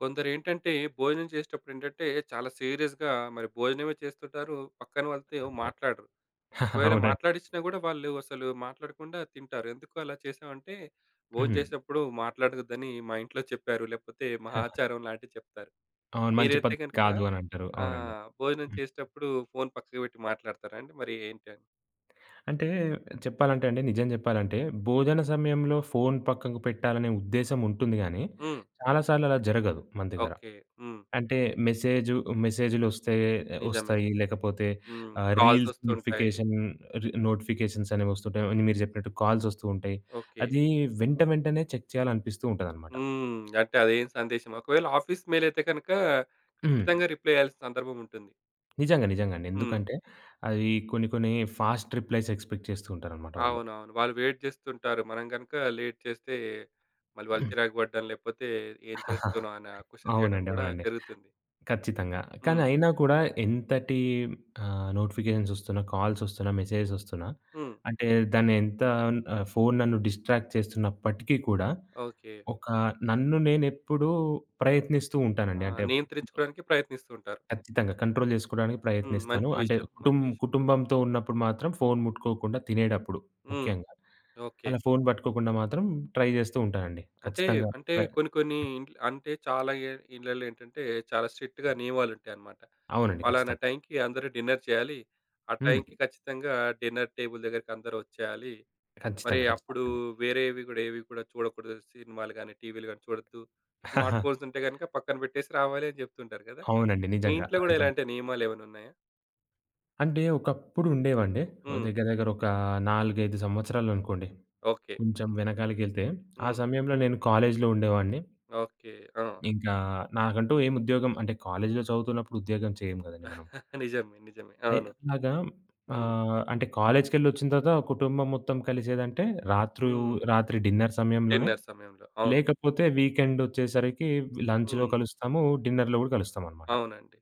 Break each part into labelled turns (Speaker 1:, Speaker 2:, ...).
Speaker 1: కొందరేంటంటే, భోజనం చేసేటప్పుడేంటంటే, చాలా సీరియస్‌గా మరి భోజనమే చేస్తుంటారు. పక్కన వాళ్ళతో ఏమో
Speaker 2: అంతే.
Speaker 1: మాట్లాడరు. ఒకవేళ
Speaker 2: అవునండి.
Speaker 1: మాట్లాడిచ్చినా గూడా వాళ్ళు అసలు మాట్లాడకుండా తింటారు. ఎందుకు అలా చేసావంటే,
Speaker 2: హ్మ్.
Speaker 1: భోంచేసేటప్పుడు మాట్లాడొద్దని మా ఇంట్లో చెప్పారు. లేకపోతే మా ఆచారం లాంటివి చెప్తారు.
Speaker 2: అవును. మంచి
Speaker 1: మీరైతే
Speaker 2: పద్ధతి
Speaker 1: గనుక
Speaker 2: కాదు అనంటారు. అవునండి.
Speaker 1: భోజనం
Speaker 2: హ్మ్.
Speaker 1: చేసేటప్పుడు ఫోను పక్కకు పెట్టి మాట్లాడతారా అండి? మరి ఏంటి అని?
Speaker 2: అంటే చెప్పాలంటే అండి, నిజం చెప్పాలంటే భోజన సమయంలో ఫోను పక్కకు పెట్టాలనే ఉద్దేశ్యం ఉంటుంది గానీ,
Speaker 1: హ్మ్.
Speaker 2: చాలా సార్లు అలా జరగదు మన దగ్గర.
Speaker 1: ఓకే. హ్మ్.
Speaker 2: అంటే మెసేజు మెసేజులొస్తే
Speaker 1: నిజమే.
Speaker 2: ఒస్తాయి. లేకపోతే
Speaker 1: హ్మ్.
Speaker 2: రీల్స్
Speaker 1: కాల్సొస్తుంటాయి.
Speaker 2: నోటిఫికేషన్ రి నోటిఫికేషన్స్ అనేవొస్తుంటాయి. మీరు చెప్పినట్టు కాల్సొస్తూ ఉంటాయి.
Speaker 1: ఓకే.
Speaker 2: అది వెంట వెంటనే చెక్ చేయాలనిపిస్తూ ఉంటదనమాట.
Speaker 1: హ్మ్. అంటే అదేం సందేశం. ఒకవేళ ఆఫీస్ మెయిల్ అయితే గనక
Speaker 2: హ్మ్.
Speaker 1: ఖచ్చితంగా రిప్లై ఇయ్యాల్సిన సందర్భం ఉంటుంది.
Speaker 2: నిజంగా. నిజంగా అండి.
Speaker 1: హ్మ్.
Speaker 2: ఎందుకంటే అవి కొన్ని కొన్ని ఫాస్ట్ రిప్లైస్ ఎక్స్‌పెక్ట్ చేస్తూ ఉంటారనమాట వాళ్ళు.
Speaker 1: అవునవును. వాళ్ళు వెయిట్ చేస్తుంటారు. మనం గనక లేట్ చేస్తే మళ్ళీ వాళ్ళు చిరాకు పడడం, లేకపోతే ఏం చేస్తున్నావు అని క్వెషన్ చేయడం
Speaker 2: అవునండి.
Speaker 1: గూడా
Speaker 2: అవునండి.
Speaker 1: జరుగుతుంది.
Speaker 2: ఖచ్చితంగా. కానీ
Speaker 1: హ్మ్.
Speaker 2: అయినా కూడా ఎంతటి నోటిఫికేషన్స్ ఒస్తున్నా, కాల్స్ ఒస్తున్నా, మెసేజెస్ ఒస్తున్నా,
Speaker 1: హ్మ్.
Speaker 2: అంటే దాన్ని ఎంత ఫోను నన్ను డిస్ట్రాక్ట్ చేస్తున్నప్పటికీ కూడా
Speaker 1: ఓకే.
Speaker 2: ఒక నన్ను నేనెప్పుడూ ప్రయత్నిస్తూ ఉంటానండి.
Speaker 1: ఆ!
Speaker 2: అంటే
Speaker 1: నియంత్రించుకోవడానికి ప్రయత్నిస్తూ ఉంటారు.
Speaker 2: ఖచ్చితంగా కంట్రోల్ జేసుకోవడానికి
Speaker 1: హ్మ్.
Speaker 2: ప్రయత్నిస్తాను.
Speaker 1: మంచి
Speaker 2: అంటే
Speaker 1: విషయం. మంచి విషయం.
Speaker 2: కుటుంబంతో ఉన్నప్పుడు మాత్రం ఫోను ముట్టుకోకుండా తినేటప్పుడు
Speaker 1: హ్మ్.
Speaker 2: ముఖ్యంగా.
Speaker 1: ఓకే.
Speaker 2: అలా ఫోను పట్టుకోకుండా మాత్రం ట్రై జేస్తూ ఉంటానండి.
Speaker 1: అంటే
Speaker 2: ఖచ్చితంగా.
Speaker 1: అంటే
Speaker 2: ప్ర
Speaker 1: కొన్ని కొన్ని ఇంట్ల అంటే చాలా ఇళ్లల్లో ఏంటంటే చాలా స్ట్రిక్ట్‌గా నియమాలుంటాయన్నమాట.
Speaker 2: అవునండి.
Speaker 1: పలానా
Speaker 2: ఖచ్చితంగా.
Speaker 1: టైంకి అందరూ డిన్నర్ చేయాలి. ఆ
Speaker 2: హ్మ్.
Speaker 1: టైంకి ఖచ్చితంగా డిన్నర్ టేబుల్ దగ్గరికి అందరూ వచ్చేయాలి. మరి
Speaker 2: ఖచ్చితంగా. ఖచ్చితంగా
Speaker 1: అప్పుడు
Speaker 2: అండి.
Speaker 1: వేరేవి గూడా ఏవి కూడా చూడకూడదు. సినిమాలు గాని, టీవీలు గాని చూడొద్దు. స్మార్ట్ ఫోన్స్ ఉంటే గనుక పక్కన పెట్టేసి రావాలి అని చెప్తుంటారు గదా!
Speaker 2: అవునండి.
Speaker 1: మీ
Speaker 2: నిజంగా.
Speaker 1: ఇంట్లో గూడా
Speaker 2: అదైతే
Speaker 1: ఇలాంటి నియమాలేమైనా ఉన్నాయా?
Speaker 2: అంటే ఒకప్పుడు ఉండేవండి. ఓ
Speaker 1: హ్మ్.
Speaker 2: దగ్గర దగ్గర ఒక 4, 5 సంవత్సరాలనుకోండి.
Speaker 1: ఓకే.
Speaker 2: కొంచెం
Speaker 1: హ్మ్.
Speaker 2: వెనకాలకెళ్తే, ఆ
Speaker 1: హ్మ్.
Speaker 2: సమయంలో నేను కాలేజీలో ఉండేవాడిని.
Speaker 1: ఓకే. ఆ!
Speaker 2: ఇంకా నాకంటూ ఏం ఉద్యోగం, అంటే కాలేజీలో చదువుతున్నప్పుడు ఉద్యోగం చేయం గదండీ మనం.
Speaker 1: నిజమే. నిజమే. అవును.
Speaker 2: అలాగా
Speaker 1: హ్మ్.
Speaker 2: అంటే కాలేజికెళ్ళొచ్చిన తర్వాత కుటుంబం మొత్తం కలిసేదంటే రాత్రు
Speaker 1: హ్మ్.
Speaker 2: రాత్రి డిన్నర్ సమయంలోనే.
Speaker 1: డిన్నర్ సమయంలో. అవును.
Speaker 2: లేకపోతే వీకెండొచ్చేసరికి లంచ్‌లో
Speaker 1: హ్మ్.
Speaker 2: కలుస్తాము. డిన్నర్‌లో గూడా కలుస్తామనమాట.
Speaker 1: అవునండి.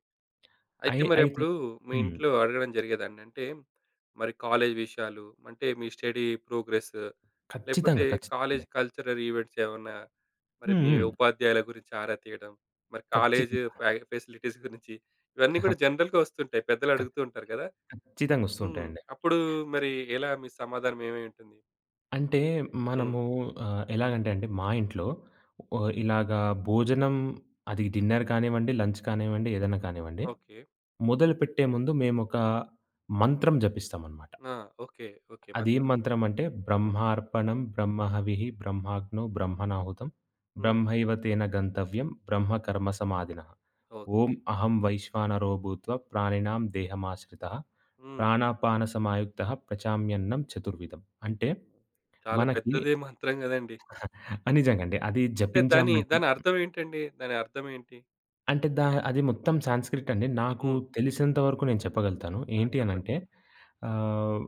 Speaker 1: అయితే
Speaker 2: అయి
Speaker 1: మరి
Speaker 2: అయితే
Speaker 1: అప్పుడు మీ
Speaker 2: హ్మ్.
Speaker 1: ఇంట్లో అడగడం జరిగేదండి. అంటే మరి కాలేజ్ విషయాలు, అంటే మీ స్టడీ ప్రోగ్రెస్, లేకపోతే
Speaker 2: ఖచ్చితంగా. ఖచ్చితంగా
Speaker 1: కాలేజ్
Speaker 2: అండి.
Speaker 1: కల్చరల్ ఈవెంట్స్ ఏమన్నా మరి
Speaker 2: హ్మ్.
Speaker 1: మీ
Speaker 2: హ్మ్.
Speaker 1: ఉపాధ్యాయుల గురించి ఆరా తీయడం, మరి కాలేజ్
Speaker 2: ఖచ్చితంగా.
Speaker 1: ఫెసిలిటీస్ గురించి ఇవన్నీ కూడా జనరల్‌గా వస్తుంటాయి. పెద్దలు
Speaker 2: ఖ
Speaker 1: అడుగుతూ ఉంటారు కదా!
Speaker 2: ఖచ్చితంగా ఒస్తూ
Speaker 1: హ్మ్.
Speaker 2: ఉంటాయండి.
Speaker 1: అప్పుడు మరి ఎలా మీ సమాధానం ఏమై ఉంటుంది?
Speaker 2: అంటే
Speaker 1: హ్మ్.
Speaker 2: మనము ఎలాగంటే అండి మా ఇంట్లో ఇలాగా భోజనం, అది డిన్నర్ కానివ్వండి, లంచ్ కానివ్వండి, ఏదైనా కానివ్వండి,
Speaker 1: ఓకే.
Speaker 2: మొదలుపెట్టే ముందు మేమొక మంత్రం జపిస్తామనమాట.
Speaker 1: ఆ! ఓకే. ఓకే.
Speaker 2: అదేం
Speaker 1: మంత్రం.
Speaker 2: మంత్రమంటే
Speaker 1: హ్మ్.
Speaker 2: బ్రహ్మార్పణం, బ్రహ్మహవిః, బ్రహ్మాగ్నో బ్రహ్మణాహుతం,
Speaker 1: హ్మ్.
Speaker 2: బ్రహ్మైవ తేన గంతవ్యం, బ్రహ్మ కర్మ సమాధినః. ఓం
Speaker 1: ఓకే.
Speaker 2: అహం వైశ్వానరో భూత్వ ప్రాణినాం దేహమాశ్రితః,
Speaker 1: హ్మ్.
Speaker 2: ప్రాణాపాన సమాయుక్తః పచామ్యన్నం చతుర్విధం. అంటే
Speaker 1: చాలా
Speaker 2: మనకి
Speaker 1: పెద్దదే మంత్రం కదండీ!
Speaker 2: ఆ! నిజంగండి. అది
Speaker 1: అంటే దాని
Speaker 2: జపించామంటే
Speaker 1: దాని అర్థం ఏంటండి? దాని అర్థం ఏంటి?
Speaker 2: అంటే అది మొత్తం సాంస్క్రిట్ అండి. నాకు
Speaker 1: హ్మ్.
Speaker 2: తెలిసినంత వరకు నేను చెప్పగలుగుతాను.
Speaker 1: ఆ!
Speaker 2: ఏంటి
Speaker 1: చెప్పండి.
Speaker 2: అనంటే ఆహ్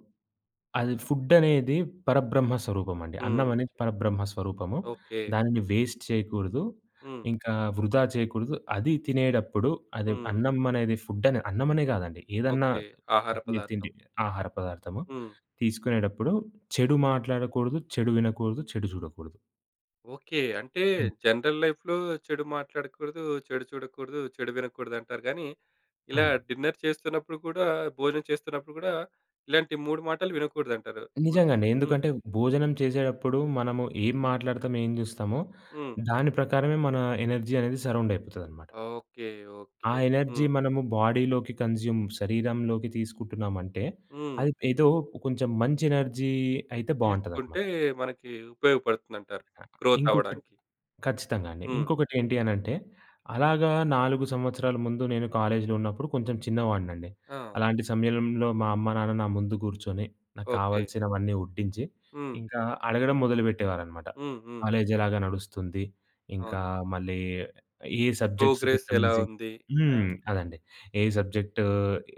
Speaker 2: అది ఫుడ్డనేది పరబ్రహ్మ స్వరూపమండి.
Speaker 1: హ్మ్.
Speaker 2: అన్నమనేది పరబ్రహ్మ స్వరూపము.
Speaker 1: ఓకే.
Speaker 2: దానిని వేస్ట్ చేయకూడదు.
Speaker 1: హ్మ్.
Speaker 2: ఇంకా వృధా చేయకూడదు. అది తినేటప్పుడు అది
Speaker 1: హ్మ్.
Speaker 2: అన్నం అనేది ఫుడ్డనే అన్నమనే గాదండి. ఏదన్నా
Speaker 1: ఓకే. ఆహార
Speaker 2: తిండి,
Speaker 1: పదార్థం.
Speaker 2: ఆహార పదార్థము
Speaker 1: హ్మ్.
Speaker 2: తీసుకునేటప్పుడు చెడు మాట్లాడకూడదు, చెడు వినకూడదు, చెడు చూడకూడదు.
Speaker 1: ఓకే. అంటే
Speaker 2: హ్మ్.
Speaker 1: జనరల్ లైఫ్‌లో చెడు మాట్లాడకూడదు, చెడు చూడకూడదు, చెడు వినకూడదంటారు గానీ, ఇలా
Speaker 2: హ్మ్.
Speaker 1: డిన్నర్ చేస్తున్నప్పుడు కూడా, భోజనం చేస్తున్నప్పుడు కూడా ఇలాంటి 3 మాటలు వినకూడదంటారు. 3
Speaker 2: నిజంగండి.
Speaker 1: హ్మ్.
Speaker 2: ఎందుకంటే భోజనం చేసేటప్పుడు మనము ఏం మాట్లాడతాం, ఏం జూస్తామో
Speaker 1: హ్మ్.
Speaker 2: దాని ప్రకారమే మన ఎనర్జీ అనేది సరౌండ్ అయిపోతదనమాట.
Speaker 1: ఓకే.
Speaker 2: ఆ
Speaker 1: ఓకే.
Speaker 2: ఎనర్జీ
Speaker 1: హ్మ్.
Speaker 2: మనము బాడీలోకి కన్జ్యూమ్, శరీరంలోకి తీసుకుంటున్నామంటే,
Speaker 1: హ్మ్.
Speaker 2: అది ఏదో కొంచెం మంచి ఎనర్జీ అయితే బావుంటదనమాట.
Speaker 1: తీసుకుంటే మనకి ఉపయోగపడుతుందంటారు గ్రోత్
Speaker 2: ఇంకొకటి
Speaker 1: అవ్వడానికి.
Speaker 2: ఖచ్చితంగా అండి.
Speaker 1: హ్మ్.
Speaker 2: ఇంకొకటేంటి అనంటే, అలాగా 4 సంవత్సరాల ముందు నేను కాలేజీలో ఉన్నప్పుడు కొంచెం చిన్నవాడినండి.
Speaker 1: ఆ!
Speaker 2: అలాంటి సమయంలో మా అమ్మ, నాన్న నా ముందు కూర్చొని, నాకు
Speaker 1: ఓకే.
Speaker 2: కావాల్సినవన్నీ వడ్డించి,
Speaker 1: హ్మ్.
Speaker 2: ఇంకా అడగడం మొదలుపెట్టేవారనమాట.
Speaker 1: హ్మ్. హ్మ్.
Speaker 2: కాలేజ్ ఎలాగా నడుస్తుంది? ఇంకా
Speaker 1: అవును.
Speaker 2: మళ్ళీ ఏ సబ్జెక్ట్స్
Speaker 1: ప్రోగ్రెస్
Speaker 2: కొంచెం
Speaker 1: ఎలా
Speaker 2: ఈజీ,
Speaker 1: ఉంది? ఆ!
Speaker 2: హ్మ్, అదండి. ఏ సబ్జెక్ట్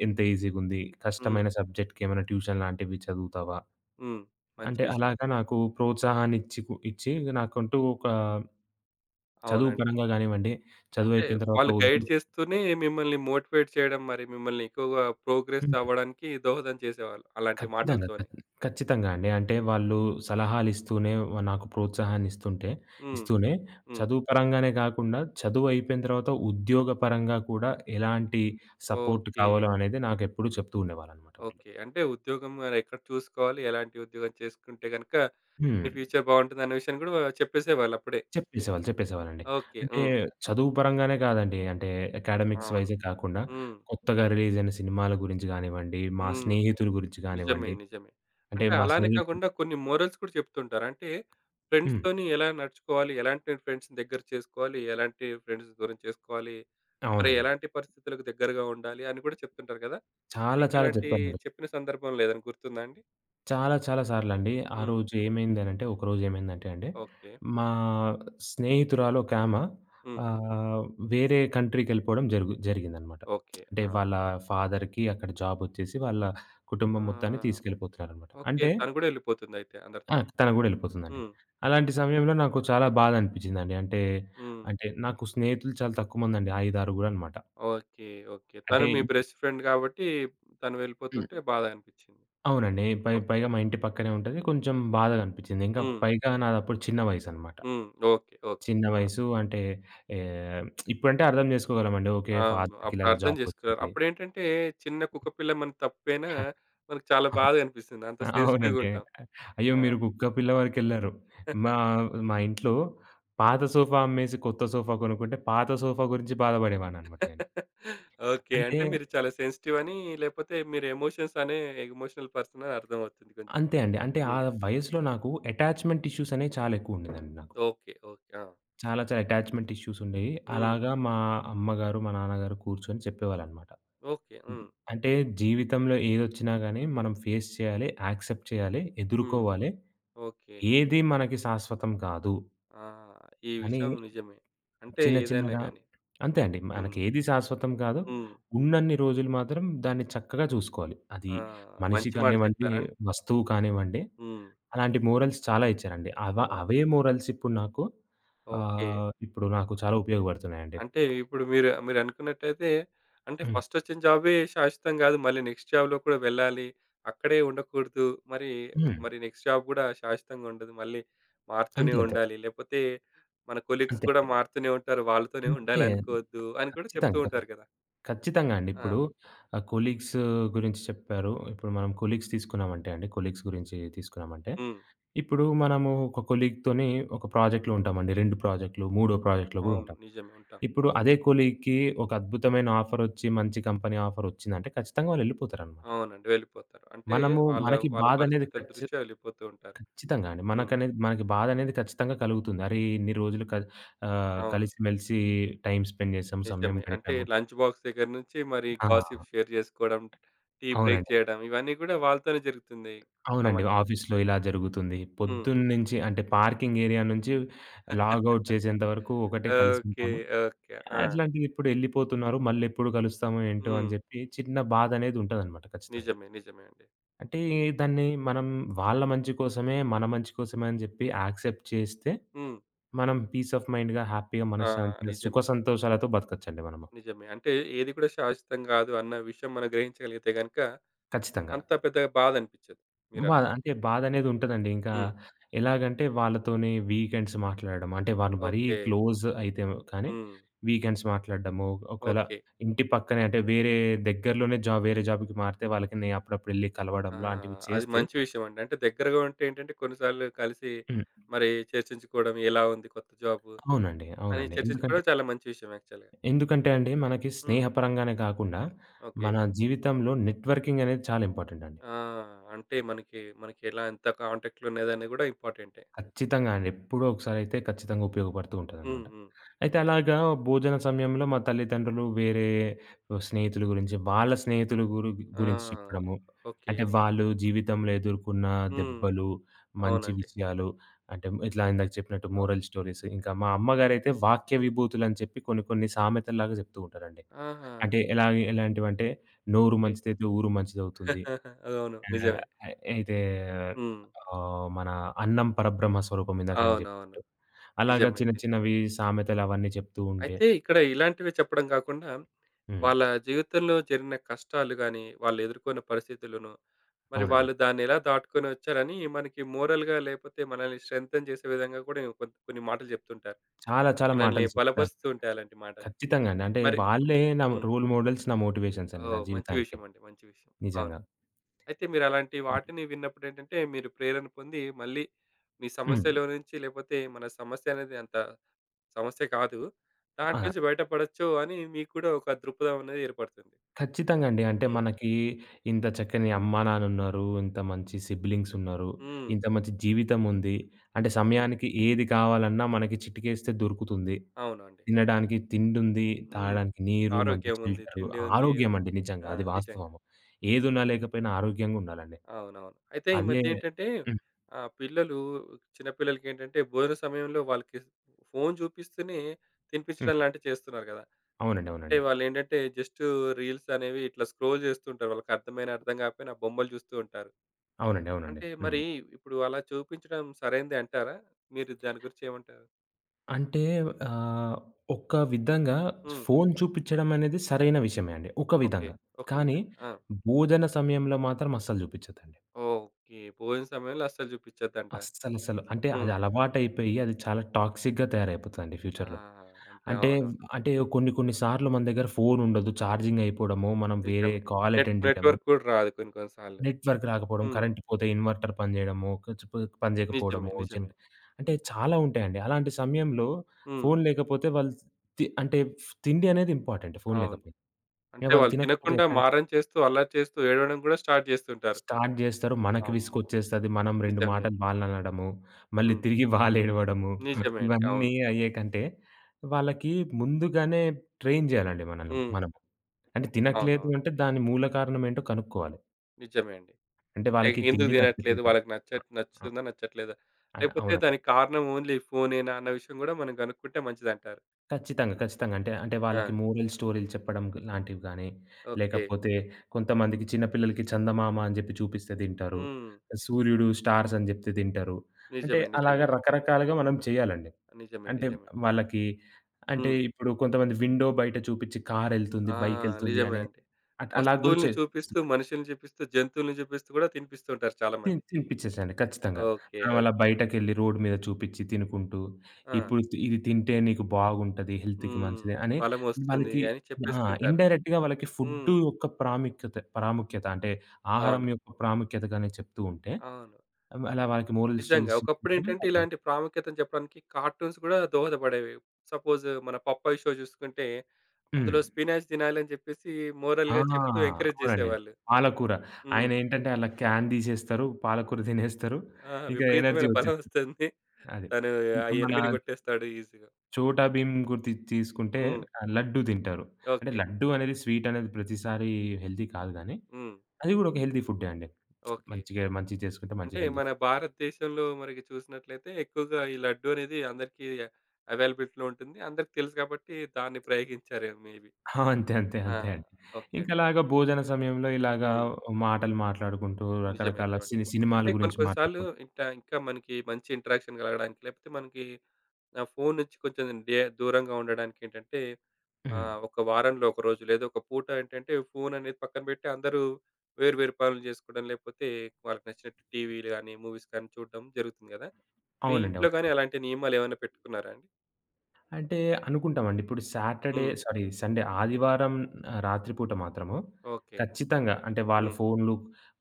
Speaker 2: ఎంత ఈజీగుంది?
Speaker 1: హ్మ్.
Speaker 2: కష్టమైన సబ్జెక్ట్‌కేమైనా ట్యూషన్ లాంటివి చదువుతావా?
Speaker 1: హ్మ్. మంచి
Speaker 2: అంటే
Speaker 1: విషయం.
Speaker 2: అలాగా నాకు ప్రోత్సాహాన్నిచ్చి ఇచ్చి నాకంటూ ఒక చదువు
Speaker 1: అవునండి.
Speaker 2: పరంగా గానివ్వండి,
Speaker 1: అంటే
Speaker 2: చదువయిపోయిన తర్వాత
Speaker 1: వాళ్ళు గైడ్ చేస్తూనే మిమ్మల్ని మోటివేట్ చేయడం, మరి మిమ్మల్ని ఎక్కువగా ప్రోగ్రెస్
Speaker 2: హ్మ్.
Speaker 1: అవ్వడానికి దోహదం చేసేవాళ్ళు. అలాంటి
Speaker 2: ఖచ్చితంగా.
Speaker 1: మాటలతోని.
Speaker 2: ఖచ్చితంగా అండి. అంటే వాళ్ళు సలహాలిస్తూనే నాకు ప్రోత్సాహాన్నిస్తుంటే,
Speaker 1: హ్మ్.
Speaker 2: ఇస్తూనే,
Speaker 1: హ్మ్.
Speaker 2: చదువు పరంగానే గాకుండా, చదువయిపోయిన తర్వాత ఉద్యోగ పరంగా కూడా ఎలాంటి సపోర్ట్
Speaker 1: ఓకే.
Speaker 2: కావాలో అనేది నాకెప్పుడూ చెప్తూ ఉండేవాళ్ళనమాట వాళ్ళు.
Speaker 1: ఓకే. అంటే ఉద్యోగం మరి ఎక్కడ చూసుకోవాలి? ఎలాంటి ఉద్యోగం చేసుకుంటే గనుక నీ
Speaker 2: హ్మ్.
Speaker 1: ఫ్యూచర్ బావుంటుందనే విషయాన్ని గూడా చెప్పేసేవాళ్ళు అప్పుడే.
Speaker 2: చెప్పేసేవాళ్ళు, చెప్పేసేవాళ్ళండి.
Speaker 1: ఓకే.
Speaker 2: అంటే
Speaker 1: హ్మ్.
Speaker 2: చదువు పరంగానే గాదండి. అంటే అకాడమిక్స్
Speaker 1: అవును.
Speaker 2: వైజే కాకుండా,
Speaker 1: హ్మ్.
Speaker 2: కొత్తగా రిలీజయిన సినిమాల గురించి గానివ్వండి, మా
Speaker 1: హ్మ్.
Speaker 2: స్నేహితుల గురించి
Speaker 1: నిజమే.
Speaker 2: గానివ్వండి,
Speaker 1: నిజమే.
Speaker 2: అంటే
Speaker 1: అంటే
Speaker 2: మా
Speaker 1: అలానే
Speaker 2: స్నేహితులు,
Speaker 1: కాకుండా కొన్ని మోరల్స్ కూడా చెప్తుంటారు. అంటే
Speaker 2: హ్మ్,
Speaker 1: ఫ్రెండ్స్‌తోని ఎలా నడుచుకోవాలి? ఎలాంటి ఫ్రెండ్స్‌ని దగ్గర చేసుకోవాలి? ఎలాంటి ఫ్రెండ్స్ దూరం చేసుకోవాలి? మరి
Speaker 2: అవునండి.
Speaker 1: ఎలాంటి పరిస్థితులకు దగ్గరగా ఉండాలి? అని కూడా చెప్తుంటారు కదా!
Speaker 2: చాలా
Speaker 1: మీకు
Speaker 2: చాలా
Speaker 1: అలాంటి
Speaker 2: చెప్పానండి.
Speaker 1: చెప్పిన సందర్భం లేదని గుర్తుందా అండి?
Speaker 2: చాలా చాలా సార్లండి. ఆ
Speaker 1: హ్మ్.
Speaker 2: రోజు ఏమైందనంటే, ఒకరోజు ఏమైందంటే అండి,
Speaker 1: ఓకే.
Speaker 2: మా స్నేహితురాలు
Speaker 1: హ్మ్.
Speaker 2: ఆహ్, వేరే కంట్రీకెళ్ళిపోవడం జరిగిందనమాట.
Speaker 1: ఓకే.
Speaker 2: అంటే
Speaker 1: ఆ!
Speaker 2: వాళ్ళ ఫాదర్‌కి అక్కడ జాబొచ్చేసి వాళ్ళ కుటుంబం
Speaker 1: ఆ!
Speaker 2: మొత్తాన్ని తీసుకెళ్ళిపోతున్నారనమాట.
Speaker 1: ఓకే.
Speaker 2: అంటే
Speaker 1: తను కూడా ఎళ్ళిపోతుందయితే
Speaker 2: ఆ!
Speaker 1: అందరితోని.
Speaker 2: తను గూడా యెళ్ళిపోతుందండి.
Speaker 1: హ్మ్.
Speaker 2: అలాంటి సమయంలో నాకు చాలా బాధనిపిచ్చిందండి. అంటే,
Speaker 1: హ్మ్.
Speaker 2: అంటే నాకు స్నేహితులు చాలా తక్కువ మందండి. 5, 6 గూడా అనమాట.
Speaker 1: ఓకే. ఓకే.
Speaker 2: అంటే
Speaker 1: తను మీ బెస్ట్ ఫ్రెండ్ కాబట్టి తను వెళ్ళిపోతుంటే బాధ అనిపిచ్చింది.
Speaker 2: అవునండి.
Speaker 1: ఓకే.
Speaker 2: పైగా మా ఇంటి పక్కనే ఉంటది. కొంచెం బాధగా అనిపిచ్చింది. ఇంకా
Speaker 1: హ్మ్.
Speaker 2: పైగా నాదప్పుడు చిన్న వయసనమాట.
Speaker 1: హ్మ్. ఓకే. ఓకే.
Speaker 2: చిన్న
Speaker 1: ఆ!
Speaker 2: వయసు అంటే ఆహ్, ఇప్పుడంటే అర్థం జేసుకోగలమండి. ఓకే.
Speaker 1: అవును.
Speaker 2: ఫాదర్‌కిలా
Speaker 1: అప్పుడు అర్థం చేసుకున్నారు.
Speaker 2: జాబొచ్చింది.
Speaker 1: అప్పుడేంటంటే చిన్న కుక్కపిల్ల మన తప్పైనా మనకు చాలా బాధ అనిపిస్తుంది. అంత సెన్సిటివ్‌గా
Speaker 2: అవునండి.
Speaker 1: ఉంటాం.
Speaker 2: అయ్యో!
Speaker 1: ఆ!
Speaker 2: మీరు కుక్క పిల్ల వరకెళ్లారు. మా మా ఇంట్లో పాత సోఫా అమ్మేసి కొత్త సోఫా కొనుక్కుంటే, పాత సోఫా గురించి బాధపడేవాడిననమాట నేను.
Speaker 1: ఓకే.
Speaker 2: అంటే
Speaker 1: అంటే మీరు చాలా సెన్సిటివ్ అని లేకపోతే మీరు ఎమోషన్స్ అనే ఎమోషనల్ పర్సన్ అని అర్థమవుతుంది కొంచెం.
Speaker 2: అంతే అండి. అంటే ఆ
Speaker 1: హ్మ్.
Speaker 2: వయసులో నాకు అటాచ్‌మెంట్ ఇష్యూస్ అనేవి చాలా ఎక్కువుండేదండి నాకు.
Speaker 1: ఓకే. ఓకే. ఆ!
Speaker 2: చాలా చాలా అటాచ్‌మెంట్ ఇష్యూస్ ఉండేవి.
Speaker 1: హ్మ్.
Speaker 2: అలాగా మా అమ్మగారు, మా నాన్నగారు కూర్చొని చెప్పేవాళ్ళనమాట.
Speaker 1: ఓకే. హ్మ్.
Speaker 2: అంటే జీవితంలో ఏదొచ్చినా గాని మనం ఫేస్ చేయాలి, యాక్సెప్ట్ చేయాలి,
Speaker 1: హ్మ్.
Speaker 2: ఎదుర్కోవాలి.
Speaker 1: ఓకే.
Speaker 2: ఏది మనకి శాశ్వతం కాదు
Speaker 1: ఆ! ఈ
Speaker 2: అని
Speaker 1: విషయం నిజమే. అంటే
Speaker 2: చిన్న
Speaker 1: ఏదైనా
Speaker 2: చిన్నగా,
Speaker 1: గాని.
Speaker 2: అంతే అండి.
Speaker 1: హ్మ్.
Speaker 2: మనకేది శాశ్వతం కాదు.
Speaker 1: హ్మ్.
Speaker 2: ఉన్నన్ని రోజులు మాత్రం దాన్ని చక్కగా చూసుకోవాలి. అది
Speaker 1: ఆ!
Speaker 2: మనిషి
Speaker 1: మంచి మాట
Speaker 2: కానివ్వండి,
Speaker 1: చెప్పారన్
Speaker 2: వస్తువు కానివ్వండి.
Speaker 1: హ్మ్.
Speaker 2: అలాంటి మోరల్స్ చాలా ఇచ్చారండి.
Speaker 1: అవును.
Speaker 2: అవే మోరల్స్ ఇప్పుడు నాకు
Speaker 1: ఓకే.
Speaker 2: ఇప్పుడు నాకు చాలా ఉపయోగపడుతున్నాయండి.
Speaker 1: అంటే ఇప్పుడు మీరు మీరనుకున్నట్టయితే అంటే
Speaker 2: హ్మ్.
Speaker 1: ఫస్టొచ్చిన జాబే శాశ్వతం గాదు. మళ్ళీ నెక్స్ట్ జాబ్‌లో కూడా వెళ్ళాలి. అక్కడే ఉండకూడదు. మరి,
Speaker 2: హ్మ్.
Speaker 1: మరి నెక్స్ట్ జాబ్ గూడా శాశ్వతంగా ఉండదు. మళ్ళీ మారుతూనే
Speaker 2: అంతే. అంతే.
Speaker 1: ఉండాలి. లేపోతే మన కొలీగ్స్ గూడా
Speaker 2: అంతే.
Speaker 1: మారుతూనే ఉంటారు. వాళ్ళతోనే
Speaker 2: అంటే
Speaker 1: ఉండాలి అనుకోవద్దు అని కూడా చెప్తూ
Speaker 2: ఖచ్చితంగా.
Speaker 1: ఉంటారు గదా!
Speaker 2: ఖచ్చితంగా అండి.
Speaker 1: ఆ!
Speaker 2: ఇప్పుడు కొలీగ్స్ గురించి చెప్పారు. ఇప్పుడు మనం కొలీగ్స్ తీసుకున్నామంటే అండి, కొలీగ్స్ గురించి తీసుకున్నామంటే,
Speaker 1: హ్మ్.
Speaker 2: ఇప్పుడు మనము ఒక కొలీగ్‌తోని ఒక ప్రాజెక్ట్‌లో ఉంటామండి. 2 ప్రాజెక్ట్‌లు, మూడో ప్రాజెక్ట్‌లో గూడా
Speaker 1: అవును.
Speaker 2: ఉంటాం.
Speaker 1: నిజమే. ఉంటాం.
Speaker 2: ఇప్పుడు అదే కొలీగ్‌కి ఒక అద్భుతమైన ఆఫరొచ్చి, మంచి కంపెనీ ఆఫరొచ్చిందంటే ఖచ్చితంగా వాళ్ళెళ్ళిపోతారనమాట.
Speaker 1: అవునండి. వెళ్ళిపోతారు. అంటే
Speaker 2: మనము
Speaker 1: వాళ్ళ,
Speaker 2: మనకి
Speaker 1: వాళ్ళ
Speaker 2: బాధనేది
Speaker 1: పరిస్థితుల దృష్ట్యా వెళ్ళిపోతూ ఉంటారు.
Speaker 2: ఖచ్చితంగా అండి.
Speaker 1: హ్మ్.
Speaker 2: మనకనేది మనకి బాధనేది ఖచ్చితంగా కలుగుతుంది. అరే! ఇన్ని రోజులు
Speaker 1: అవును.
Speaker 2: కలిసిమెలిసి టైమ్ స్పెండ్ చేసాం, సమయం
Speaker 1: నిజమే. అంటే
Speaker 2: గడిపాము.
Speaker 1: లంచ్ బాక్స్ దగ్గర నుంచి మరి
Speaker 2: ఆ!
Speaker 1: గాసిప్ షేర్ చేసుకోవడం, టీ బ్రేక్
Speaker 2: అవునండి.
Speaker 1: చేయడం ఇవన్నీ కూడా వాళ్ళతోనే జరుగుతుంది
Speaker 2: అవునండి.
Speaker 1: సామాన్యంగా.
Speaker 2: ఆఫీస్‌లో ఇలా జరుగుతుంది.
Speaker 1: హ్మ్.
Speaker 2: పొద్దున్నుంచి అంటే పార్కింగ్ ఏరియా నుంచి లాగౌట్ చేసేంత వరకు ఒకటే
Speaker 1: ఓకే.
Speaker 2: కలిసుంటాము.
Speaker 1: ఓకే. ఆ!
Speaker 2: అట్లాంటిది ఇప్పుడు ఎళ్ళిపోతున్నారు. మళ్ళెప్పుడు కలుస్తామో ఏంటో
Speaker 1: హ్మ్.
Speaker 2: అని చెప్పి చిన్న బాధనేది ఉంటదనమాట ఖచ్చితంగా.
Speaker 1: నిజమే. నిజమే అండి.
Speaker 2: అంటే దాన్ని మనం వాళ్ళ మంచి కోసమే, మన మంచి కోసమే అని చెప్పి యాక్సెప్ట్ చేస్తే
Speaker 1: హ్మ్.
Speaker 2: మనం పీస్ ఆఫ్ మైండ్‌గా, హ్యాపీగా,
Speaker 1: ఆ!
Speaker 2: మనశ్శాంతిగా, సుఖ
Speaker 1: నిజమే.
Speaker 2: సంతోషాలతో బతకచ్చండి మనము.
Speaker 1: నిజమే. అంటే ఏది కూడా శాశ్వతం కాదు అన్న విషయం మనం గ్రహించగలిగితే గనుక
Speaker 2: ఖచ్చితంగా.
Speaker 1: అంత పెద్దగా బాధ అనిపించదు మీరన్నట్టు.
Speaker 2: అంటే బాధనేదుంటదండి. ఇంకా
Speaker 1: హ్మ్.
Speaker 2: ఎలాగంటే వాళ్ళతోని వీకెండ్స్ మాట్లాడడం. అంటే వాళ్ళు మరీ
Speaker 1: ఓకే.
Speaker 2: క్లోజ్ అయితే కానీ
Speaker 1: హ్మ్.
Speaker 2: వీకెండ్స్ మాట్లాడడము. ఒకవేళ
Speaker 1: ఓకే.
Speaker 2: ఇంటి పక్కనే అంటే వేరే దగ్గరలోనే జాబ్, వేరే జాబ్‌కి మారితే వాళ్ళకి అప్పుడప్పుడు ఎళ్లి కలవడం
Speaker 1: ఆ!
Speaker 2: లాంటివి
Speaker 1: అది
Speaker 2: చేస్తే
Speaker 1: మంచి విషయమండి. అంటే దగ్గరగా ఉంటే ఏంటంటే కొన్నిసార్లు కలిసి
Speaker 2: హ్మ్.
Speaker 1: మరి చర్చించుకోవడం ఎలా ఉంది కొత్త జాబు
Speaker 2: అవునండి.
Speaker 1: అని
Speaker 2: అవునండి. ఎందుకంటే
Speaker 1: చర్చించుకోవడం చాలా మంచి విషయం యాక్చువల్‌గా.
Speaker 2: ఎందుకంటే అండి మనకి
Speaker 1: హ్మ్.
Speaker 2: స్నేహపరంగానే కాకుండా
Speaker 1: ఓకే.
Speaker 2: మన జీవితంలో నెట్వర్కింగ్ అనేది చాలా ఇంపార్టెంట్ అండి.
Speaker 1: ఆ! అంటే మనకి మనకి ఎలా ఎంత కాంటాక్ట్‌లో ఉన్నదనేది కూడా ఇంపార్టెంటే.
Speaker 2: ఖచ్చితంగా అండి. ఎప్పుడో ఒకసారయితే ఖచ్చితంగా ఉపయోగపడుతూ ఉంటదనమాట.
Speaker 1: హ్మ్. హ్మ్.
Speaker 2: అయితే అలాగా భోజన సమయంలో మా తల్లిదండ్రులు వేరే స్నేహితుల గురించి, వాళ్ళ స్నేహితుల గురించి
Speaker 1: ఆ!
Speaker 2: చెప్పడము.
Speaker 1: ఓకే.
Speaker 2: అంటే వాళ్ళు జీవితంలో ఎదుర్కొన్న
Speaker 1: హ్మ్.
Speaker 2: దెబ్బలు, మంచి
Speaker 1: అవునండి.
Speaker 2: విషయాలు, అంటే ఇట్లా ఇందాక చెప్పినట్టు
Speaker 1: అవును.
Speaker 2: Moral stories. ఇంకా మా అమ్మగారైతే వాక్య విభూతులని చెప్పి కొన్ని కొన్ని సామెతల్లాగా జెప్తూ ఉంటారండి.
Speaker 1: ఆహా!
Speaker 2: అంటే ఎలాంటివంటే "నోరు
Speaker 1: ఓకే.
Speaker 2: మంచిదైతే ఊరు మంచిదవుతుంది."
Speaker 1: అవును.
Speaker 2: ఆ!
Speaker 1: నిజమే.
Speaker 2: అయితే
Speaker 1: హ్మ్.
Speaker 2: మన అన్నం పరబ్రహ్మ స్వరూపం, ఇందాక నేను
Speaker 1: అవునవును.
Speaker 2: చెప్పినట్టు. అలాగా
Speaker 1: నిజమే.
Speaker 2: చిన్న
Speaker 1: నిజమే.
Speaker 2: చిన్నవి సామెతలు అవన్నీ చెప్తూ ఉంటే
Speaker 1: అయితే ఇక్కడ ఇలాంటివి చెప్పడం కాకుండా
Speaker 2: హ్మ్.
Speaker 1: వాళ్ళ జీవితంలో జరిగిన కష్టాలు గాని, వాళ్ళు ఎదుర్కొన్న పరిస్థితులను, మరి
Speaker 2: అవునండి.
Speaker 1: వాళ్ళు దాన్ని ఎలా దాటుకొని వచ్చారని మనకి మోరల్‌గా లేపోతే మనల్ని స్ట్రెంథెన్ చేసే విధంగా కూడా కొన్ని మాటలు చెప్తుంటారు.
Speaker 2: చాలా చాలా
Speaker 1: మనల్ని
Speaker 2: మాటలు చెప్తారు.
Speaker 1: బలపరుస్తూ ఉంటాయి అలాంటి మాటలు.
Speaker 2: ఖచ్చితంగా అండి. అంటే
Speaker 1: మరి
Speaker 2: వాళ్ళే నా
Speaker 1: హ్మ్.
Speaker 2: రోల్ మోడల్స్, నా మోటివేషన్స్ అండి నా
Speaker 1: ఓహ్! మంచి
Speaker 2: జీవితానికి.
Speaker 1: విషయం అండి. మంచి విషయం. అవును.
Speaker 2: నిజంగా.
Speaker 1: అయితే మీరు అలాంటి వాటిని విన్నప్పుడేంటంటే మీరు ప్రేరణ పొంది మళ్ళీ మీ
Speaker 2: హ్మ్.
Speaker 1: సమస్యలో నుంచి లేపోతే మన సమస్య అనేది అంత సమస్య కాదు.
Speaker 2: ఆ!
Speaker 1: దాంట్లోంచి బయటపడొచ్చు అని మీకు కూడా ఒక దృక్పథం అనేది ఏర్పడుతుంది.
Speaker 2: ఖచ్చితంగా అండి. అంటే
Speaker 1: హ్మ్.
Speaker 2: మనకి ఇంత చక్కని అమ్మానాన్నున్నారు, ఇంత మంచి సిబ్లింగ్స్ ఉన్నారు,
Speaker 1: హ్మ్.
Speaker 2: ఇంత మంచి జీవితం ఉంది. అంటే
Speaker 1: ఓకే.
Speaker 2: సమయానికి ఏది కావాలన్నా మనకి చిటికేస్తే దొరుకుతుంది.
Speaker 1: అవునండి.
Speaker 2: తినడానికి తిండుంది,
Speaker 1: హ్మ్.
Speaker 2: తాగడానికి నీరు, మంచి
Speaker 1: ఆరోగ్యం ఉంది,
Speaker 2: షెల్టరు,
Speaker 1: తిండి ఉంది.
Speaker 2: ఆరోగ్యం అండి,
Speaker 1: ఆ!
Speaker 2: నిజంగా అది
Speaker 1: నిజంగా.
Speaker 2: వాస్తవము. ఏదున్నా లేకపోయినా ఆరోగ్యంగా ఉండాలండి.
Speaker 1: అవునవును. అయితే ఈ
Speaker 2: అదే.
Speaker 1: మధ్య ఏంటంటే
Speaker 2: హ్మ్.
Speaker 1: పిల్లలు చిన్న పిల్లలకేంటంటే భోజన సమయంలో వాళ్ళకి ఫోను చూపిస్తూనే తినిపించడం
Speaker 2: హ్మ్.
Speaker 1: లాంటివి చేస్తున్నారు కదా!
Speaker 2: అవునండి.
Speaker 1: అంటే
Speaker 2: అవునండి.
Speaker 1: వాళ్ళేంటంటే జస్ట్ రీల్స్ అనేవి ఇట్లా స్క్రోల్ చేస్తుంటారు. వాళ్ళకి అర్థమైన, అర్థం కాకపోయినా బొమ్మలు చూస్తూ ఉంటారు.
Speaker 2: అవునండి. అవునండి.
Speaker 1: అంటే
Speaker 2: హ్మ్.
Speaker 1: మరి ఇప్పుడు అలా చూపించడం సరైందే అంటారా? మీరు దాని గురించి ఏమంటారు?
Speaker 2: అంటే ఆహ్, ఒక విధంగా
Speaker 1: హ్మ్.
Speaker 2: ఫోను చూపిచ్చడం అనేది సరైన విషయమే అండి. ఒక
Speaker 1: ఓకే.
Speaker 2: విధంగా.
Speaker 1: ఒక
Speaker 2: కానీ
Speaker 1: విధంగా. ఆ!
Speaker 2: భోజన సమయంలో మాత్రం అస్సలు చూపిచ్చొద్దండి.
Speaker 1: ఓకే. భోజన సమయంలో అస్సలు చూపించొద్దంటారు.
Speaker 2: అస్సలసలు. అంటే అది
Speaker 1: హ్మ్.
Speaker 2: అలవాటయిపోయి అది చాలా టాక్సిక్‌గా తయారైపోతదండి
Speaker 1: ఆ!
Speaker 2: ఫ్యూచర్‌లో.
Speaker 1: అంటే
Speaker 2: అంటే,
Speaker 1: అవునవును.
Speaker 2: అంటే కొన్ని కొన్ని సార్లు మన దగ్గర ఫోన్ ఉండదు. ఛార్జింగ్ అయిపోవడము, మనం వేరే
Speaker 1: నిజమే.
Speaker 2: కాల్ అటెండ్ చేయడము,
Speaker 1: నెట్‌వర్క్ కూడా రాదు కొన్ని కొన్ని సార్లు.
Speaker 2: నెట్‌వర్క్ రాకపోవడం,
Speaker 1: హ్మ్.
Speaker 2: కరెంట్ పోతే ఇన్వర్టర్ పని చేయడము, కొంచెం పని
Speaker 1: నిజమే.
Speaker 2: చేయకపోవడము,
Speaker 1: నిజమే.
Speaker 2: అంటే చాలా ఉంటాయండి. అలాంటి సమయంలో
Speaker 1: హ్మ్.
Speaker 2: ఫోన్ లేకపోతే వాళ్ళు అంటే తిండి అనేది ఇంపార్టెంట్, ఫోన్
Speaker 1: అవును.
Speaker 2: లేకపోయినా. ఇక
Speaker 1: అంటే
Speaker 2: వాళ్ళు
Speaker 1: వాళ్ళు
Speaker 2: తినకపోతే
Speaker 1: తినకుండా
Speaker 2: ఎట్లంటే
Speaker 1: మారం చేస్తూ, అల్లరి చేస్తూ, ఏడవడం కూడా స్టార్ట్ చేస్తుంటారు.
Speaker 2: స్టార్ట్ చేస్తారు. మనకి
Speaker 1: అమ్మో!
Speaker 2: విసుగొచ్చేస్తది. మనం 2
Speaker 1: నిజంగా.
Speaker 2: మాటలు వాళ్ళననడము, మళ్ళీ
Speaker 1: హ్మ్.
Speaker 2: తిరిగి వాళ్ళేడవడము,
Speaker 1: నిజమే అండి.
Speaker 2: ఇవన్నీ
Speaker 1: అవును.
Speaker 2: అయ్యేకంటే వాళ్ళకి ముందుగానే ట్రైన్ చేయాలండి మనల్ని
Speaker 1: హ్మ్.
Speaker 2: మనం. అంటే తినట్లేదు
Speaker 1: అవునవును.
Speaker 2: అంటే దాని మూల కారణం ఏంటో కనుక్కోవాలి.
Speaker 1: నిజమే అండి.
Speaker 2: అంటే
Speaker 1: అంటే
Speaker 2: వాళ్ళకి
Speaker 1: ఎందుకు
Speaker 2: తిండి
Speaker 1: తినట్లేదు?
Speaker 2: నచ్చట్లేదా?
Speaker 1: వాళ్ళకి
Speaker 2: అ
Speaker 1: నచ్చుతుందా? నచ్చట్లేదా?
Speaker 2: అ
Speaker 1: లేకపోతే
Speaker 2: అవునండి.
Speaker 1: దానికి కారణం ఓన్లీ ఫోనేనా అన్న విషయం కూడా మనం కనుక్కుంటే మంచిదంటారు.
Speaker 2: ఖచ్చితంగా. ఖచ్చితంగా. అంటే అంటే
Speaker 1: ఆ!
Speaker 2: వాళ్ళకి మోరల్ స్టోరీలు చెప్పడం లాంటివి గాని,
Speaker 1: ఓకే.
Speaker 2: లేకపోతే కొంతమందికి, చిన్న పిల్లలకి చందమామ అని జెప్పి చూపిస్తే తింటారు.
Speaker 1: హ్మ్.
Speaker 2: సూర్యుడు, స్టార్స్ అని జెప్తే తింటారు. అంటే
Speaker 1: నిజమే.
Speaker 2: అలాగా
Speaker 1: నిజమే.
Speaker 2: రకరకాలుగా మనం చేయాలండి.
Speaker 1: నిజమే.
Speaker 2: అంటే
Speaker 1: నిజమే.
Speaker 2: వాళ్ళకి, అంటే
Speaker 1: హ్మ్.
Speaker 2: ఇప్పుడు కొంతమంది విండో బయట చూపిచ్చి కారెళ్తుంది,
Speaker 1: ఆ!
Speaker 2: బైకెళ్తుంది
Speaker 1: నిజమే
Speaker 2: అని,
Speaker 1: అండి.
Speaker 2: అలా గూడా చే
Speaker 1: వస్తువుల్ని చూపిస్తూ, మనుషుల్ని చూపిస్తూ, జంతువుల్ని చూపిస్తూ కూడా తినిపిస్తుంటారు
Speaker 2: తిన్
Speaker 1: చాలామంది.
Speaker 2: తినిపిచ్చేసండి ఖచ్చితంగా.
Speaker 1: ఓకే.
Speaker 2: ఆమలా
Speaker 1: ఓకే.
Speaker 2: బయటకెళ్ళి రోడ్ మీద చూపిచ్చి తినుకుంటూ,
Speaker 1: ఆ!
Speaker 2: ఇప్పుడు ఇది తింటే నీకు బాగుంటది, హెల్త్‌కి
Speaker 1: హ్మ్.
Speaker 2: మంచిది అని
Speaker 1: బలమొస్తుంది
Speaker 2: వాళ్ళకి
Speaker 1: అని
Speaker 2: ఆ!
Speaker 1: చెప్పేస్తుంటారు.
Speaker 2: ఇండైరెక్ట్‌గా వాళ్ళకి ఫుడ్డు
Speaker 1: హ్మ్.
Speaker 2: యొక్క ప్రాముఖ్యత ప్రాముఖ్యత, అంటే ఆహారం
Speaker 1: అవును.
Speaker 2: యొక్క ప్రాముఖ్యత గాని చెప్తూ ఉంటే,
Speaker 1: అవును.
Speaker 2: అలా వాళ్ళకి మోరల్
Speaker 1: నిజంగా.
Speaker 2: స్టోరీస్ చెప్తుంటే
Speaker 1: ఒకప్పుడేంటంటే
Speaker 2: వాళ్ళు,
Speaker 1: ఇలాంటి ప్రాముఖ్యతను చెప్పడానికి కార్టూన్స్ కూడా దోహదపడేవి. సపోజ్ మన 'పప్పాయ్' షో చూసుకుంటే
Speaker 2: హ్మ్.
Speaker 1: అందులో స్పినాచ్ తినాలని చెప్పేసి
Speaker 2: ఆ!
Speaker 1: మోరల్‌గా చెప్తూ ఎంకరేజ్
Speaker 2: అవునండి.
Speaker 1: చేసేవాళ్ళు.
Speaker 2: పాలకూర.
Speaker 1: హ్మ్.
Speaker 2: ఆయనేంటంటే అలా క్యాన్ తీసేస్తారు, పాలకూర తినేస్తారు.
Speaker 1: ఆ!
Speaker 2: ఇంకా ఎనర్జీ
Speaker 1: విపరీతమైన
Speaker 2: వచ్చేస్తది.
Speaker 1: బలమొస్తుంది.
Speaker 2: అది.
Speaker 1: తను ఆ
Speaker 2: ఇంకా మన
Speaker 1: ఎనిమిని కొట్టేస్తాడు ఈజీగా.
Speaker 2: 'చోటా భీమ్' గురించి తీసుకుంటే
Speaker 1: హ్మ్.
Speaker 2: లడ్డు తింటారు. అంటే
Speaker 1: ఓకే.
Speaker 2: లడ్డు అనేది, స్వీట్ అనేది ప్రతిసారి హెల్తీ కాదు గానీ,
Speaker 1: హ్మ్.
Speaker 2: అది గూడా ఒక హెల్తీ ఫుడ్డే అండి.
Speaker 1: ఓకే.
Speaker 2: మంచిగా మంచిగా చేసుకుంటే మంచి
Speaker 1: అంటే
Speaker 2: హెల్తీ
Speaker 1: మన
Speaker 2: ఫుడ్ అనమాట.
Speaker 1: భారతదేశంలో మనకి చూసినట్లయితే ఎక్కువగా ఈ లడ్డు అనేది అందరికీ అవైలబిలిటీలో ఉంటుంది. అందరికి తెలుసు కాబట్టి దాన్ని ప్రయోగించారేమో మేబీ.
Speaker 2: ఆ! అంతే. అంతే.
Speaker 1: ఆ!
Speaker 2: అంతే అండి.
Speaker 1: ఓకే
Speaker 2: ఇంక
Speaker 1: అండి.
Speaker 2: అలాగా భోజన సమయంలో ఇలాగా
Speaker 1: హ్మ్.
Speaker 2: మాటలు మాట్లాడుకుంటూ,
Speaker 1: నిజమే.
Speaker 2: రకరకాల
Speaker 1: నిజమే.
Speaker 2: సినిమాల
Speaker 1: అంటే కొన్ని
Speaker 2: గురించి
Speaker 1: కొన్ని సార్లు
Speaker 2: మాట్లాడుకుంటూ,
Speaker 1: ఇంకా ఇంకా మనకి మంచి ఇంటరాక్షన్ కలగడానికి లేకపోతే మనకి ఫోను నుంచి కొంచెం డే దూరంగా ఉండడానికి ఏంటంటే
Speaker 2: హ్మ్.
Speaker 1: ఒక వారంలో ఒక రోజు లేదా ఒక పూట ఏంటంటే ఫోను అనేది పక్కన పెట్టి అందరూ వేరు వేరు పనులు చేసుకోవడం లేకపోతే వాళ్ళకి నచ్చినట్టు టీవీలు గాని, మూవీస్ కానీ చూడడం జరుగుతుంది గదా! మీ
Speaker 2: అవునండి.
Speaker 1: ఇంట్లో గాని
Speaker 2: అవునండి.
Speaker 1: అలాంటి నియమాలేమన్నా పెట్టుకున్నారా అండి?
Speaker 2: అంటే అనుకుంటామండి. ఇప్పుడు సాటర్‌డే
Speaker 1: హ్మ్.
Speaker 2: సారీ సండే, ఆదివారం రాత్రి పూట మాత్రము
Speaker 1: ఓకే.
Speaker 2: ఖచ్చితంగా, అంటే వాళ్ళ
Speaker 1: హ్మ్.
Speaker 2: ఫోన్‌లు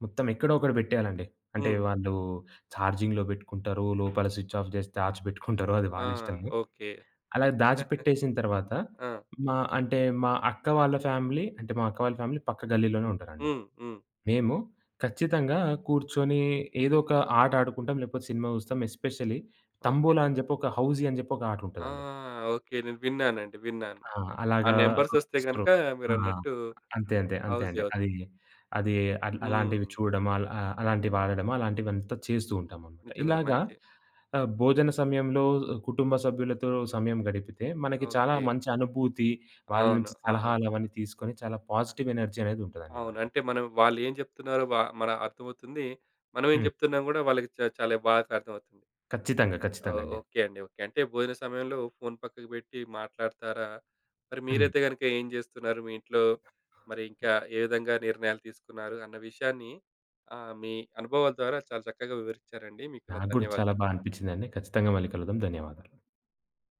Speaker 2: మొత్తం ఎక్కడో ఒకడ పెట్టేయాలండి. అంటే
Speaker 1: హ్మ్.
Speaker 2: వాళ్ళు ఛార్జింగ్‌లో పెట్టుకుంటారు, లోపల స్విచ్ ఆఫ్ చేసి దాచిపెట్టుకుంటారు, అది
Speaker 1: ఆ!
Speaker 2: వాళ్ళ ఇష్టము.
Speaker 1: ఓకే.
Speaker 2: అలా దాచిపెట్టేసిన తర్వాత
Speaker 1: ఆ!
Speaker 2: మా అంటే మా అక్క వాళ్ళ ఫ్యామిలీ, అంటే మా అక్క వాళ్ళ ఫ్యామిలీ పక్క గల్లీలోనే ఉంటారండి.
Speaker 1: హ్మ్. హ్మ్.
Speaker 2: మేము ఖచ్చితంగా కూర్చొని ఏదో ఒక ఆట ఆడుకుంటాం, లేకపోతే సినిమా చూస్తాం. Especially
Speaker 1: okay.
Speaker 2: తంబోలా అని చెప్పి, ఒక హౌసీ అని చెప్పి ఒక ఆట
Speaker 1: ఆ!
Speaker 2: ఉంటదండి.
Speaker 1: ఓకే. నేను విన్నానండి. విన్నాను.
Speaker 2: ఆ!
Speaker 1: ఆ
Speaker 2: అలాగా హ్మ్.
Speaker 1: నంబర్సొస్తే గనక
Speaker 2: ఆ!
Speaker 1: మీరన్నట్టు
Speaker 2: అంతే. అంతే. అంతే
Speaker 1: హౌజీ
Speaker 2: అండి. అది,
Speaker 1: అవుతుంది.
Speaker 2: అది అల్ అలాంటివి
Speaker 1: హ్మ్.
Speaker 2: చూడడం, అలాంటివి వాడడం, అలాంటివంతా చేస్తూ ఉంటామనమాట.
Speaker 1: నిజమే.
Speaker 2: ఇలాగా
Speaker 1: మంచి
Speaker 2: భోజన సమయంలో కుటుంబ సభ్యులతో సమయం గడిపితే మనకి చాలా
Speaker 1: ఓకే.
Speaker 2: మంచి అనుభూతి, వాళ్ళ
Speaker 1: అవును.
Speaker 2: నుంచి
Speaker 1: అవును.
Speaker 2: సలహాలు అవన్నీ తీసుకొని చాలా
Speaker 1: అ
Speaker 2: పాజిటివ్ ఎనర్జీ అనేది ఉంటదండి
Speaker 1: అవును.
Speaker 2: మనకి.
Speaker 1: అంటే మనం వాళ్ళేం జెప్తున్నారో మన అర్థమవుతుంది. మనమేం
Speaker 2: హ్మ్.
Speaker 1: జెప్తున్నా గూడా వాళ్ళకి చాలా బాగా అర్థమవుతుంది.
Speaker 2: ఖచ్చితంగా.
Speaker 1: ఓ
Speaker 2: ఖచ్చితంగా అండి.
Speaker 1: ఓకే అండి. ఓకే. అంటే భోజన సమయంలో ఫోను పక్కకు పెట్టి మాట్లాడతారా? మరి
Speaker 2: హ్మ్.
Speaker 1: మీరైతే గనుక ఏం జేస్తున్నారు? మీ ఇంట్లో మరి ఇంకా ఏ విధంగా నిర్ణయాలు తీసుకున్నారు? అన్న విషయాన్ని మీ అనుభవాల ద్వారా చాలా చక్కగా వివరించారండి. మీకు నా
Speaker 2: నాకు గూడా చాలా
Speaker 1: ధన్యవాదాలు.
Speaker 2: బా అనిపించిందండి. ఖచ్చితంగా మళ్ళీ కలుద్దాం. ధన్యవాదాలు.